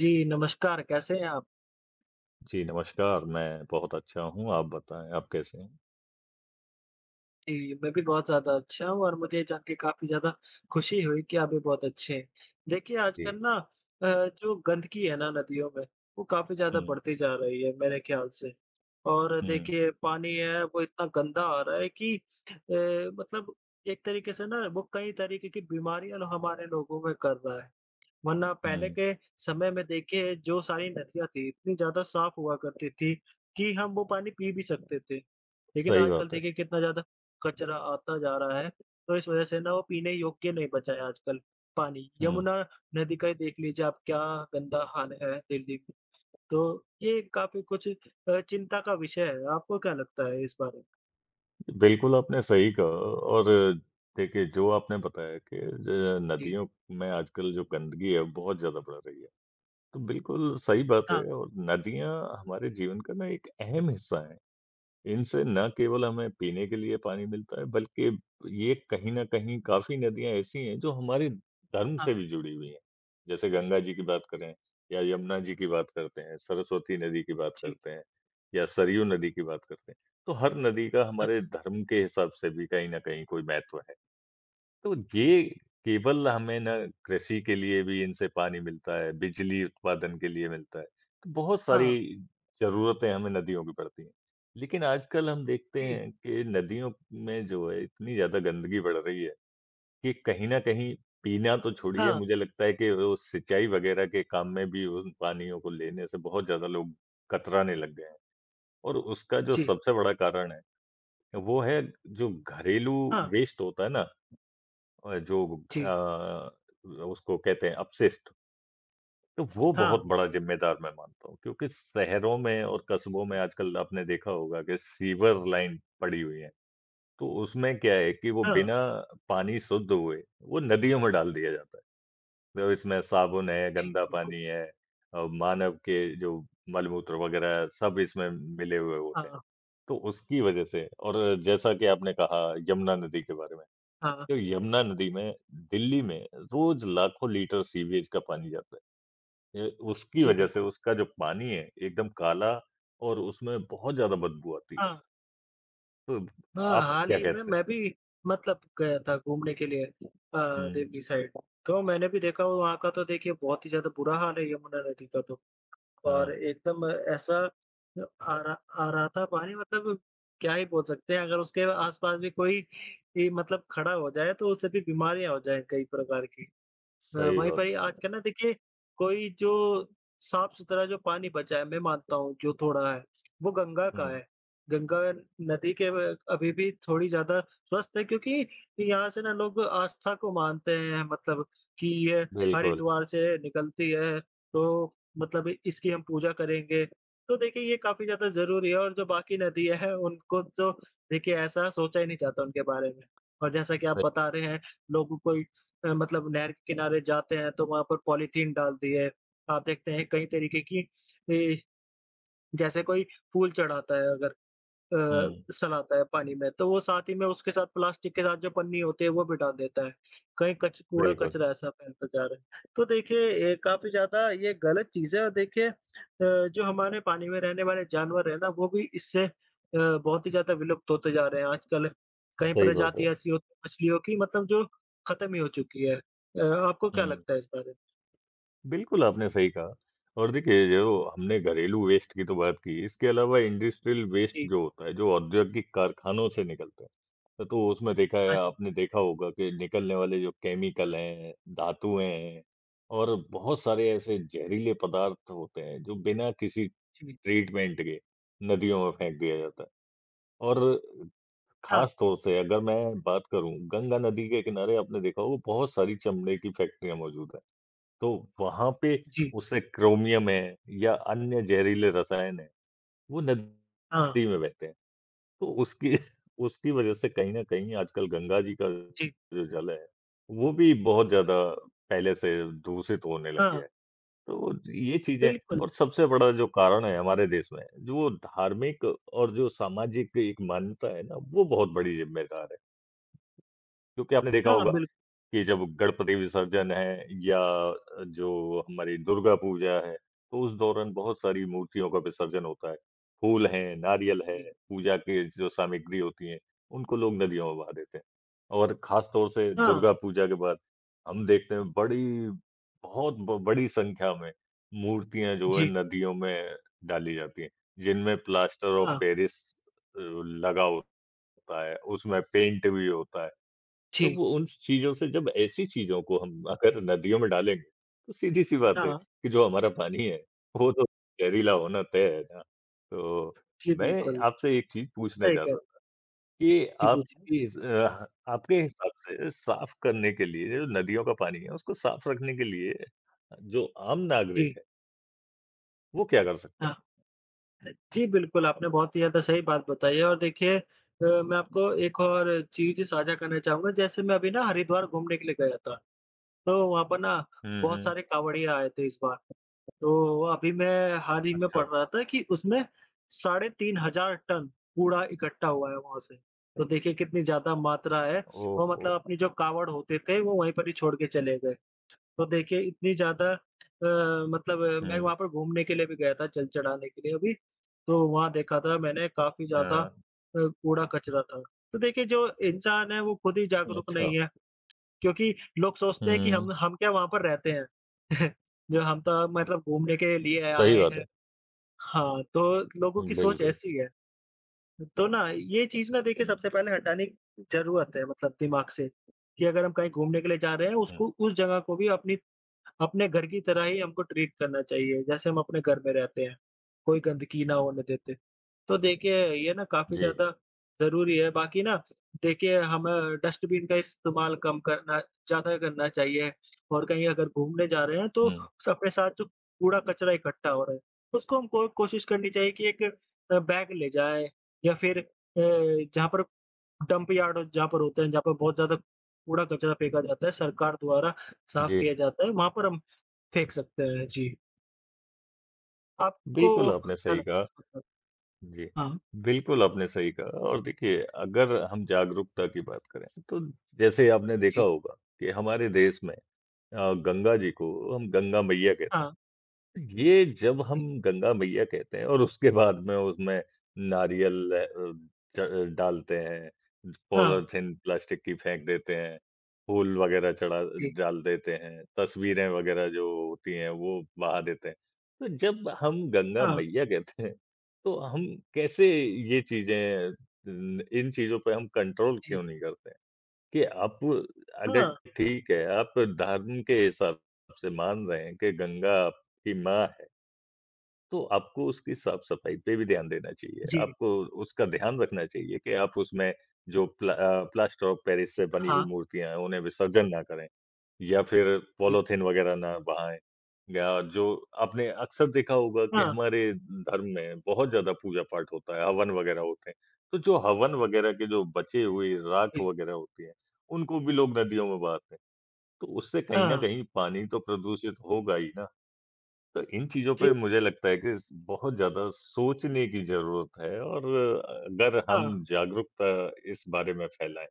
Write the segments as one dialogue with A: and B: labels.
A: जी, नमस्कार, कैसे हैं आप?
B: जी, नमस्कार, मैं बहुत अच्छा हूँ, आप बताएँ आप कैसे हैं?
A: जी, मैं भी बहुत ज़्यादा अच्छा हूँ और मुझे ये जान के काफ़ी ज़्यादा खुशी हुई कि आप भी बहुत अच्छे हैं। देखिए,
B: जी।
A: आजकल ना जो गंदगी है ना नदियों में, वो काफ़ी ज़्यादा
B: हुँ,
A: बढ़ती जा रही है मेरे ख्याल से। और
B: हुँ,
A: देखिए, पानी है वो इतना गंदा आ रहा है कि मतलब एक तरीके से ना वो कई तरीके की बीमारियाँ लो हमारे लोगों में कर रहा है। वरना पहले
B: हुँ,
A: के समय में देखिए जो सारी नदियाँ थी, इतनी ज़्यादा साफ़ हुआ करती थी कि हम वो पानी पी भी सकते थे। लेकिन
B: सही
A: आजकल
B: बात है।
A: देखिए कितना ज़्यादा कचरा आता जा रहा है, तो इस वज़ह से ना वो पीने योग्य नहीं बचा है आजकल पानी।
B: हुँ,
A: यमुना नदी का ही देख लीजिए आप क्या गंदा हाल है दिल्ली में। तो ये काफ़ी कुछ चिंता का विषय है। आपको क्या लगता है इस बारे में?
B: बिल्कुल आपने सही कहा और देखिए जो आपने बताया कि ज
A: जी।
B: नदियों में आजकल जो गंदगी है बहुत ज़्यादा बढ़ रही है, तो बिल्कुल सही बात
A: हाँ,
B: है और नदियाँ हमारे जीवन का ना एक अहम हिस्सा है। इनसे ना केवल हमें पीने के लिए पानी मिलता है, बल्कि ये कहीं न कहीं काफ़ी नदियाँ ऐसी हैं जो हमारे धर्म से
A: हाँ,
B: भी जुड़ी हुई हैं। जैसे गंगा जी की बात करें या यमुना जी की बात करते हैं, सरस्वती नदी की बात
A: जी,
B: करते हैं या सरयू नदी की बात करते हैं। तो हर नदी का
A: हाँ,
B: हमारे धर्म के हिसाब से भी कहीं न कहीं कोई महत्व है। तो ये केवल हमें ना कृषि के लिए भी इनसे पानी मिलता है, बिजली उत्पादन के लिए मिलता है। तो बहुत
A: हाँ,
B: सारी ज़रूरतें हमें नदियों की पड़ती हैं। लेकिन आजकल हम देखते
A: जी,
B: हैं कि नदियों में जो है इतनी ज़्यादा गंदगी बढ़ रही है कि कहीं न कहीं पीना तो छोड़िए
A: हाँ,
B: मुझे लगता है कि वो सिंचाई वगैरह के काम में भी उन पानियों को लेने से बहुत ज़्यादा लोग कतराने लग गए हैं। और उसका जो
A: जी,
B: सबसे बड़ा कारण है, वो है जो घरेलू
A: हाँ,
B: वेस्ट होता है ना अ, जो
A: जी,
B: अ, उसको कहते हैं अपशिष्ट, तो वो
A: हाँ,
B: बहुत बड़ा ज़िम्मेदार मैं मानता हूँ क्योंकि शहरों में और कस्बों
A: हुँ,
B: में आजकल आपने देखा होगा कि सीवर लाइन पड़ी हुई है, तो उसमें क्या है कि वो
A: हाँ।
B: बिना पानी शुद्ध हुए वो नदियों में डाल दिया जाता है। तो इसमें साबुन है,
A: जी,
B: गंदा
A: बिल्कुल।
B: पानी है मानव के जो मलमूत्र वगैरह सब इसमें मिले हुए होते हैं,
A: हाँ,
B: तो उसकी वजह से और जैसा कि आपने कहा यमुना नदी के बारे में,
A: हाँ।
B: जो यमुना नदी में दिल्ली में रोज लाखों लीटर सीवेज का पानी जाता है। ये उसकी
A: जी,
B: वजह से
A: बिल्कुल।
B: उसका जो पानी है एकदम काला और उसमें बहुत ज़्यादा बदबू आती है।
A: हाँ,
B: तो
A: हाँ,
B: आप
A: हाल
B: क्या
A: ही में
B: कहते हैं?
A: मैं भी मतलब गया था घूमने के लिए
B: हुँ,
A: देवरी साइड। तो मैंने भी देखा वहाँ का तो देखिए बहुत ही ज़्यादा बुरा हाल है यमुना नदी का, तो और
B: हाँ,
A: एकदम ऐसा आ रहा था पानी मतलब क्या ही बोल सकते हैं अगर उसके आस-पास भी कोई भी मतलब खड़ा हो जाए तो उससे भी बीमारियाँ हो जाएँ कई प्रकार की।
B: सही
A: वहीं
B: बात।
A: पर ही आजकल ना देखिए कोई जो साफ-सुथरा जो पानी बचा है, मैं मानता हूँ जो थोड़ा है, वो गंगा का
B: हुँ,
A: है। गंगा नदी के व अभी भी थोड़ी ज़्यादा स्वस्थ है क्योंकि यहाँ से ना लोग आस्था को मानते हैं मतलब कि ये
B: बिल्कुल,
A: हरिद्वार से निकलती है, तो मतलब इसकी हम पूजा करेंगे। तो देखिए ये काफ़ी ज़्यादा ज़रूरी है और जो बाकी नदियाँ हैं उनको तो देखिए ऐसा सोचा ही नहीं जाता उनके बारे में। और जैसा कि आप
B: सही
A: बता रहे हैं, लोगों को मतलब नहर के किनारे जाते हैं तो वहाँ पर पॉलीथीन डाल दी है। आप देखते हैं कई तरीके की ए, जैसे कोई फूल चढ़ाता है अगर अ,
B: हुँ,
A: सलाता है पानी में, तो वो साथ ही में उसके साथ प्लास्टिक के साथ जो पन्नी होती है वो भी डाल देता है। कहीं कच
B: बिल्कुल,
A: कूड़ा-कचरा ऐसा फैलता जा रहा है। तो देखिए ये काफ़ी ज़्यादा ये गलत चीज़ है और देखिए जो हमारे पानी में रहने वाले जानवर हैं ना वो भी इससे बहुत ही ज़्यादा विलुप्त होते जा रहे हैं। आजकल कई
B: सही बात
A: प्रजाति
B: है।
A: ऐसी होती है मछलियों की मतलब जो खत्म ही हो चुकी है। आपको क्या
B: हुँ।
A: लगता है इस बारे में?
B: बिल्कुल, आपने सही कहा और देखिए, जो हमने घरेलू वेस्ट की तो बात की, इसके अलावा इंडस्ट्रियल वेस्ट
A: जी।
B: जो होता है, जो औद्योगिक कारखानों से निकलता है, तो उसमें देखा है
A: हाँ जी।
B: आपने देखा होगा कि निकलने वाले जो केमिकल हैं, धातुएँ हैं और बहुत सारे ऐसे ज़हरीले पदार्थ होते हैं, जो बिना किसी
A: जी।
B: ट्रीटमेंट के नदियों में फेंक दिया जाता है और ख़ास
A: हाँ।
B: तौर से अगर मैं बात करूँ, गंगा नदी के किनारे आपने देखा होगा बहुत सारी चमड़े की फैक्ट्रियाँ मौजूद हैं। तो वहाँ पे
A: जी।
B: उससे क्रोमियम है या अन्य ज़हरीले रसायन हैं, वो
A: हाँ।
B: नदी में बहते हैं। तो उसकी उसकी वजह से कहीं न कहीं आजकल गंगा जी का
A: जी।
B: जो जल है, वो भी बहुत ज़्यादा पहले से दूषित होने लग गया
A: हाँ।
B: है। तो ये चीज़ें
A: बिल्कुल।
B: और सबसे बड़ा जो कारण है हमारे देश में, जो वो धार्मिक और जो सामाजिक एक मान्यता है ना, वो बहुत बड़ी ज़िम्मेदार
A: जी।
B: है। क्योंकि आपने देखा
A: हाँ,
B: होगा
A: बिल्कुल।
B: कि जब गणपति विसर्जन है या जो हमारी दुर्गा पूजा है, तो उस दौरान बहुत सारी मूर्तियों का विसर्जन होता है। फूल हैं, नारियल है,
A: जी।
B: पूजा के जो सामग्री होती है, उनको लोग नदियों में बहा देते हैं। और खास तौर से
A: हाँ।
B: दुर्गा पूजा के बाद हम देखते हैं बड़ी बहुत ब बड़ी संख्या में मूर्तियाँ जो है
A: जी,
B: नदियों में डाली जाती हैं, जिनमें प्लास्टर ऑफ
A: हाँ,
B: पेरिस लगा होता है, उसमें पेंट भी होता है। तो
A: जी,
B: वो उन चीज़ों से जब ऐसी चीज़ों को हम अगर नदियों में डालेंगे, तो सीधी-सी बात है
A: हाँ,
B: कि जो हमारा पानी है, वो तो ज़हरीला होना तय है ना। तो
A: जी,
B: मैं
A: बिल्कुल,
B: आपसे एक चीज़ पूछना
A: सही कह
B: चाहता
A: रहे हैं।
B: था कि
A: जी, पूछिए।
B: आपके हिसाब से साफ़ करने के लिए जो नदियों का पानी है, उसको साफ़ रखने के लिए जो आम नागरिक
A: जी,
B: है, वो क्या कर सकते
A: हाँ।
B: हैं?
A: जी, बिल्कुल, आपने बहुत ही ज़्यादा सही बात बताई है और देखिए मैं आपको एक और चीज़ साझा करना चाहूँगा, जैसे मैं अभी ना हरिद्वार घूमने के लिए गया था, तो वहाँ पर ना
B: हुँ,
A: बहुत
B: हुँ,
A: सारे कांवड़िया आए थे इस बार। तो अभी मैं हाल ही में पढ़
B: अच्छा,
A: रहा था कि उसमें साढ़े 3,000 टन कूड़ा इकट्ठा हुआ है वहाँ से, तो देखिए कितनी ज़्यादा मात्रा है और
B: ओहो!
A: मतलब अपनी जो कावड़ होते थे, वो वहीं पर ही छोड़ के चले गए। तो देखिए इतनी ज़्यादा मैं
B: हुँ,
A: वहाँ पर घूमने के लिए भी गया था, जल चढ़ाने के लिए अभी, तो वहाँ देखा था मैंने काफ़ी ज़्यादा
B: हाँ,
A: कूड़ा-कचरा था। तो देखिए जो इंसान है वो खुद ही जागरूक
B: अच्छा,
A: नहीं है, क्योंकि लोग सोचते हैं कि
B: हुँ,
A: हम क्या वहाँ पर रहते हैं। जो हम तो मतलब घूमने के लिए
B: सही
A: आए
B: बात
A: हैं।
B: है।
A: हाँ, तो लोगों की सोच
B: बिल्कुल,
A: ऐसी है। तो ना ये चीज़ ना देखिए
B: हुँ,
A: सबसे पहले हटाने की ज़रूरत है मतलब दिमाग से, कि अगर हम कहीं घूमने के लिए जा रहे हैं
B: हुँ,
A: उसको उस जगह को भी अपनी अपने घर की तरह ही हमको ट्रीट करना चाहिए, जैसे हम अपने घर में रहते हैं, कोई गंदगी ना होने देते। तो देखिए ये ना काफ़ी
B: जी,
A: ज़्यादा ज़रूरी है, बाकी ना देखिए हमें डस्टबिन का इस्तेमाल कम करना ज़्यादा करना चाहिए और कहीं अगर घूमने जा रहे हैं तो
B: हुँ।
A: स अपने साथ जो कूड़ा-कचरा इकट्ठा हो रहा है, उसको हमको कोशिश करनी चाहिए कि एक बैग ले जाएँ या फिर जहाँ पर डंप यार्ड हो जहाँ पर होते हैं, जहाँ पर बहुत ज़्यादा कूड़ा-कचरा फेंका जाता है, सरकार द्वारा साफ
B: जी,
A: किया जाता है, वहाँ पर हम फेंक सकते हैं, जी। आपको
B: बिल्कुल आपने
A: क्या
B: सही
A: लगता
B: कहा।
A: है मतलब
B: जी,
A: हाँ,
B: बिल्कुल आपने सही कहा और देखिए अगर हम जागरूकता की बात करें, तो जैसे आपने देखा
A: जी,
B: होगा कि हमारे देश में गंगा जी को हम गंगा मैया कहते
A: हाँ,
B: हैं। ये जब हम
A: जी,
B: गंगा मैया कहते हैं और उसके बाद में उसमें नारियल अ, ड डालते हैं,
A: हाँ,
B: पॉलीथिन प्लास्टिक की फेंक देते हैं, फूल वगैरह चढ़ा
A: जी,
B: डाल देते हैं, तस्वीरें वगैरह जो होती हैं वो बहा देते हैं। तो जब हम गंगा
A: हाँ,
B: मैया कहते हैं, तो हम कैसे ये चीज़ें न इन चीज़ों पे हम कंट्रोल
A: जी,
B: क्यों नहीं करते? कि आप अगर
A: हाँ,
B: ठीक है, आप धर्म के हिसाब से मान रहे हैं कि गंगा आपकी माँ है, तो आपको उसकी साफ-सफाई पे भी ध्यान देना चाहिए।
A: जी,
B: आपको उसका ध्यान रखना चाहिए कि आप उसमें जो प्लास्टर ऑफ पेरिस से बनी हुई
A: हाँ,
B: मूर्तियाँ हैं, उन्हें विसर्जन ना करें। या फिर
A: जी,
B: पॉलीथिन वगैरह ना बहाएँ, या जो आपने अक्सर देखा होगा कि
A: हाँ,
B: हमारे धर्म में बहुत ज़्यादा पूजा-पाठ होता है, हवन वगैरह होते हैं। तो जो हवन वगैरह के जो बचे हुए राख
A: जी,
B: वगैरह होती है, उनको भी लोग नदियों में बहाते हैं। तो उससे कहीं न
A: हाँ,
B: कहीं पानी तो प्रदूषित होगा ही ना। तो इन चीज़ों
A: जी,
B: पे मुझे लगता है कि स बहुत ज़्यादा सोचने की ज़रूरत है और अगर हम
A: हाँ,
B: जागरूकता इस बारे में फैलाएँ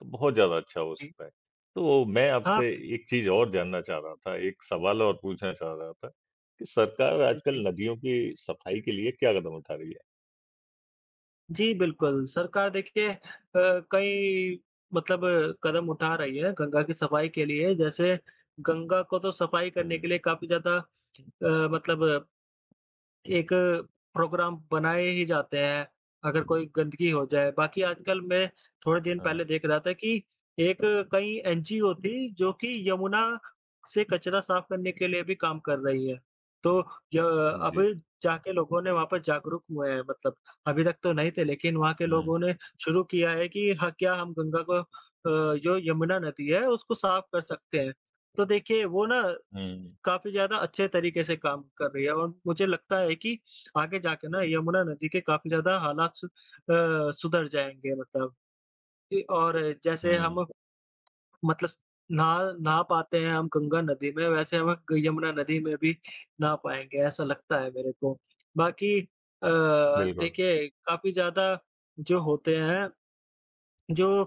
B: तो बहुत ज़्यादा अच्छा हो
A: जी,
B: सकता है। तो मैं
A: हाँ,
B: आपसे
A: बिल्कुल,
B: एक चीज़ और जानना चाह रहा था, एक सवाल और पूछना चाह रहा था कि सरकार
A: पूछिए।
B: आजकल नदियों की सफाई के लिए क्या कदम उठा रही है?
A: जी, बिल्कुल, सरकार देखिए कई मतलब कदम उठा रही है गंगा की सफाई के लिए, जैसे गंगा को तो सफाई करने
B: हुँ,
A: के लिए काफ़ी ज़्यादा मतलब एक प्रोग्राम बनाए ही जाते हैं, अगर कोई गंदगी हो जाए। बाकी आजकल मैं थोड़े दिन
B: हाँ,
A: पहले देख रहा था कि एक कई एनजीओ थी जो कि यमुना से कचरा साफ करने के लिए भी काम कर रही है। तो य
B: जी।
A: अब जाके लोगों ने वहाँ पर जागरूक हुए हैं मतलब अभी तक तो नहीं थे लेकिन वहाँ के
B: हुँ,
A: लोगों ने शुरू किया है कि ह क्या हम गंगा को जो यमुना नदी है उसको साफ कर सकते हैं। तो देखिए वो ना
B: हुँ,
A: काफ़ी ज़्यादा अच्छे तरीके से काम कर रही है और मुझे लगता है कि आगे जाके ना यमुना नदी के काफ़ी ज़्यादा हालात सुधर जाएँगे मतलब कि और जैसे
B: हुँ,
A: हम मतलब नहा नहा पाते हैं हम गंगा नदी में, वैसे हम ग यमुना नदी में भी नहा पाएँगे, ऐसा लगता है मेरे को। बाकी
B: बिल्कुल।
A: देखिए काफ़ी ज़्यादा जो होते हैं, जो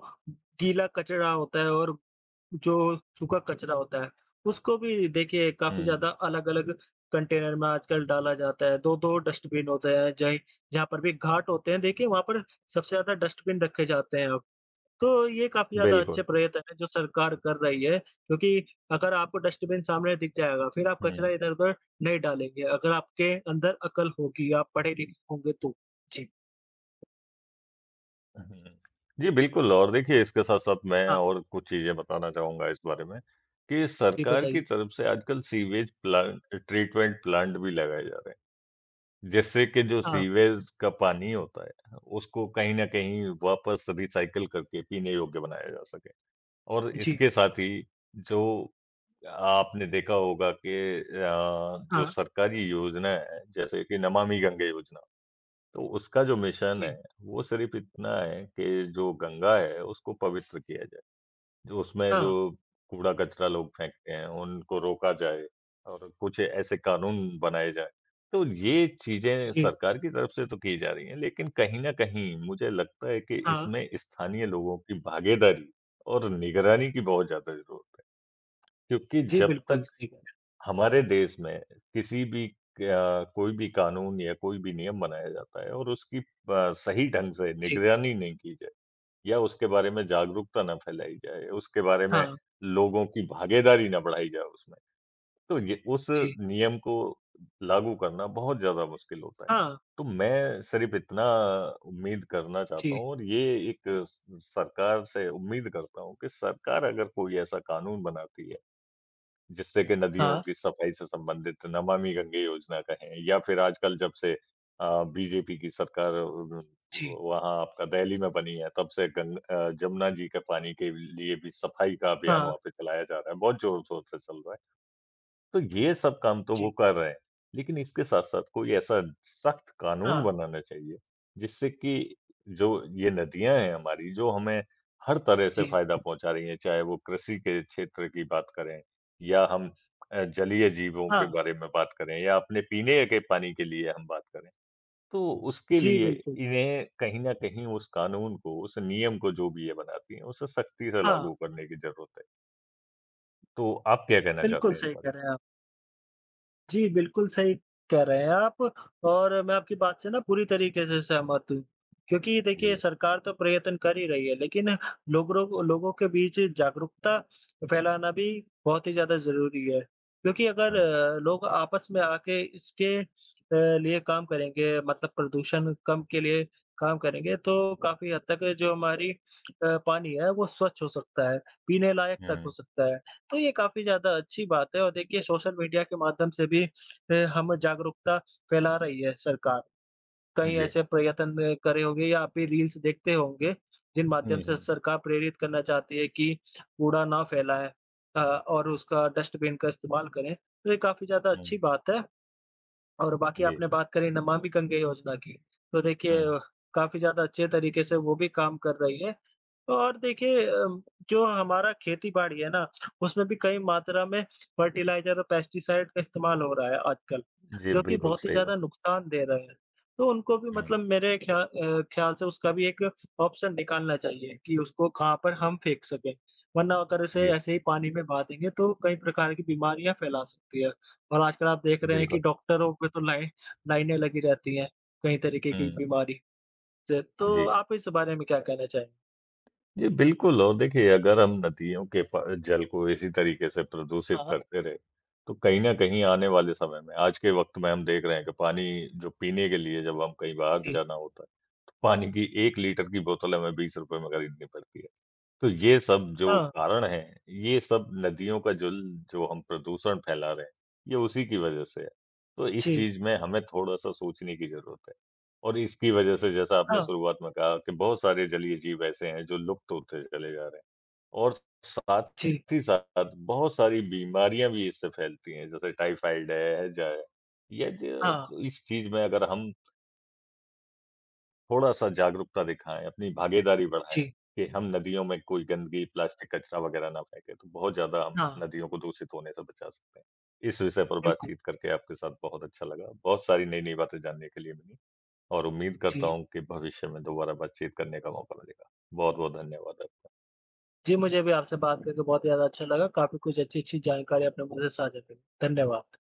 A: गीला कचरा होता है और जो सूखा कचरा होता है, उसको भी देखिए काफ़ी ज़्यादा
B: हुँ,
A: अलग-अलग कंटेनर में आजकल डाला जाता है। 2-2 डस्टबिन होते हैं, जहीं जहाँ पर भी घाट होते हैं, देखिए वहाँ पर सबसे ज़्यादा डस्टबिन रखे जाते हैं अब। तो ये काफ़ी ज़्यादा अच्छे
B: बिल्कुल।
A: प्रयत्न हैं जो सरकार कर रही है, क्योंकि अगर आपको डस्टबिन सामने दिख जाएगा, फिर आप कचरा
B: हुँ,
A: इधर-उधर नहीं डालेंगे, अगर आपके अंदर अकल होगी, आप पढ़े-लिखे होंगे तो। जी,
B: हुँ। जी, बिल्कुल और देखिए इसके साथ-साथ मैं
A: हाँ,
B: और कुछ चीज़ें बताना चाहूँगा इस बारे में कि
A: जी
B: सरकार
A: बताइए।
B: की तरफ से आजकल सीवेज प्लांट ट्रीटमेंट प्लांट भी लगाए जा रहे हैं। जिससे कि जो
A: हाँ,
B: सीवेज का पानी होता है, उसको कहीं न कहीं वापस रिसाइकिल करके पीने योग्य बनाया जा सके। और
A: जी,
B: इसके साथ ही जो आपने देखा होगा कि अ, जो
A: हाँ,
B: सरकारी योजना है, जैसे कि नमामि गंगे योजना, तो उसका जो मिशन
A: जी,
B: है, वो सिर्फ़ इतना है कि जो गंगा है, उसको पवित्र किया जाए। जो उसमें जो
A: हाँ,
B: कूड़ा-कचरा लोग फेंकते हैं, उनको रोका जाए और कुछ ऐसे कानून बनाए जाएँ। तो ये चीज़ें
A: जी,
B: सरकार की तरफ से तो की जा रही हैं, लेकिन कहीं न कहीं मुझे लगता है कि
A: हाँ,
B: इसमें स्थानीय लोगों की भागीदारी और निगरानी की बहुत ज़्यादा ज़रूरत है। क्योंकि
A: जी,
B: जब
A: बिल्कुल
B: तक
A: सही कह रहे हैं।
B: हमारे देश में किसी भी कोई भी कानून या कोई भी नियम बनाया जाता है और उसकी सही ढंग से
A: जी।
B: निगरानी नहीं की जाती या उसके बारे में जागरूकता ना फैलाई जाए, उसके बारे में
A: हाँ,
B: लोगों की भागीदारी ना बढ़ाई जाए उसमें। तो ये उस
A: जी।
B: नियम को लागू करना बहुत ज़्यादा मुश्किल होता है।
A: हाँ,
B: तो मैं सिर्फ़ इतना उम्मीद करना चाहता
A: जी।
B: हूँ और ये एक स सरकार से उम्मीद करता हूँ कि सरकार अगर कोई ऐसा कानून बनाती है जिससे कि नदियों
A: हाँ,
B: की सफाई से संबंधित नमामि गंगे योजना कहें या फिर आजकल जब से बीजेपी की सरकार
A: जी।
B: वहाँ आपका दिल्ली में बनी है, तब से जमुना जी के पानी के लिए भी सफाई का अभियान
A: हाँ,
B: वहाँ पे चलाया जा रहा है। बहुत जोर-शोर से चल रहा है। तो ये सब काम तो
A: जी।
B: वो कर रहे हैं, लेकिन इसके साथ-साथ कोई ऐसा सख्त कानून
A: हाँ,
B: बनाना चाहिए, जिससे कि जो ये नदियाँ हैं हमारी, जो हमें हर तरह से
A: जी।
B: फ़ायदा पहुँचा रही हैं, चाहे वो कृषि के क्षेत्र की बात करें या हम जलीय जीवों
A: हाँ,
B: के बारे में बात करें या अपने पीने के पानी के लिए हम बात करें। तो उसके
A: जी,
B: लिए
A: बिल्कुल।
B: इन्हें कहीं न कहीं उस कानून को, उस नियम को जो भी ये बनाती हैं, उसे सख्ती से
A: हाँ,
B: लागू करने की ज़रूरत है। तो आप क्या कहना
A: बिल्कुल
B: चाहते हैं इस
A: सही
B: बारे
A: कह
B: में?
A: रहे हैं आप। जी, बिल्कुल सही कह रहे हैं आप और मैं आपकी बात से ना पूरी तरीके से सहमत हूँ। क्योंकि देखिए
B: जी।
A: सरकार तो प्रयत्न कर ही रही है, लेकिन लोगों के बीच जागरूकता फैलाना भी बहुत ही ज़्यादा ज़रूरी है। क्योंकि अगर
B: हुँ,
A: लोग आपस में आके इसके लिए काम करेंगे मतलब प्रदूषण कम के लिए काम करेंगे, तो काफ़ी हद तक जो हमारी पानी है वो स्वच्छ हो सकता है, पीने लायक तक हो
B: हुँ।
A: सकता है। तो ये काफ़ी ज़्यादा अच्छी बात है और देखिए सोशल मीडिया के माध्यम से भी हम जागरूकता फैला रही है सरकार। कई
B: जी।
A: ऐसे प्रयत्न करे होंगे या आप भी रील्स देखते होंगे, जिन माध्यम
B: हुँ,
A: से
B: हुँ,
A: सरकार प्रेरित करना चाहती है कि कूड़ा ना फैलाएँ और उसका डस्टबिन का इस्तेमाल करें। तो ये काफ़ी ज़्यादा
B: हुँ,
A: अच्छी बात है। और बाकी
B: जी,
A: आपने बात करी नमामि गंगे योजना की, तो देखिए
B: हुँ,
A: काफ़ी ज़्यादा अच्छे तरीके से वो भी काम कर रही है। और देखिए जो हमारा खेती-बाड़ी है ना, उसमें भी कई मात्रा में फर्टिलाइज़र और पेस्टिसाइड का इस्तेमाल हो रहा है आजकल,
B: जी,
A: जो कि
B: बिल्कुल
A: बहुत ही
B: सही बात
A: ज़्यादा
B: है।
A: नुकसान दे रहे हैं। तो उनको भी
B: हुँ,
A: मतलब मेरे ख्याल से उसका भी एक ऑप्शन निकालना चाहिए कि उसको कहाँ पर हम फेंक सकें, वरना अगर उसे
B: जी,
A: ऐसे ही पानी में बहा देंगे तो कई प्रकार की बीमारियाँ फैला सकती है। और आजकल आप देख रहे हैं कि
B: बिल्कुल,
A: डॉक्टरों पे तो लाइनें लगी रहती हैं, कई तरीके की
B: हुँ,
A: बीमारी से। तो
B: जी।
A: आप इस बारे में क्या कहना चाहेंगे?
B: जी, बिल्कुल और देखिए अगर हम नदियों के प जल को इसी तरीके से प्रदूषित
A: हाँ,
B: करते रहे, तो कहीं न कहीं आने वाले समय में आज के वक़्त में हम देख रहे हैं कि पानी जो पीने के लिए जब हम कहीं बाहर
A: जी।
B: जाना होता है, तो पानी की 1 लीटर की बोतल हमें ₹20 में खरीदनी पड़ती है। तो ये सब जो
A: हाँ,
B: कारण है, ये सब नदियों का जल जो हम प्रदूषण फैला रहे हैं, ये उसी की वजह से है। तो इस
A: जी।
B: चीज़ में हमें थोड़ा-सा सोचने की ज़रूरत है और इसकी वजह से जैसा आपने
A: हाँ,
B: शुरुआत में कहा कि बहुत सारे जलीय जीव ऐसे हैं जो लुप्त होते चले जा रहे हैं और साथ
A: जी।
B: ही साथ बहुत सारी बीमारियाँ भी इससे फैलती हैं, जैसे टाइफाइड है, हैजा है। ये
A: हाँ,
B: ज इस चीज़ में अगर हम थोड़ा-सा जागरूकता दिखाएँ, अपनी भागीदारी बढ़ाएँ
A: जी।
B: कि हम नदियों में कोई गंदगी, प्लास्टिक, कचरा वगैरह ना फेंकें, तो बहुत ज़्यादा हम
A: हाँ,
B: नदियों को दूषित होने से बचा सकते हैं। इस विषय पर
A: बिल्कुल,
B: बातचीत करके आपके साथ बहुत अच्छा लगा, बहुत सारी नई-नई बातें जानने के लिए मिली और उम्मीद
A: जी।
B: करता हूँ कि भविष्य में दोबारा बातचीत करने का मौका मिलेगा। बहुत-बहुत धन्यवाद आपका।
A: जी, मुझे भी आपसे बात करके बहुत ज़्यादा अच्छा लगा। काफ़ी कुछ अच्छी-अच्छी जानकारी आपने मुझसे साझा करी। धन्यवाद।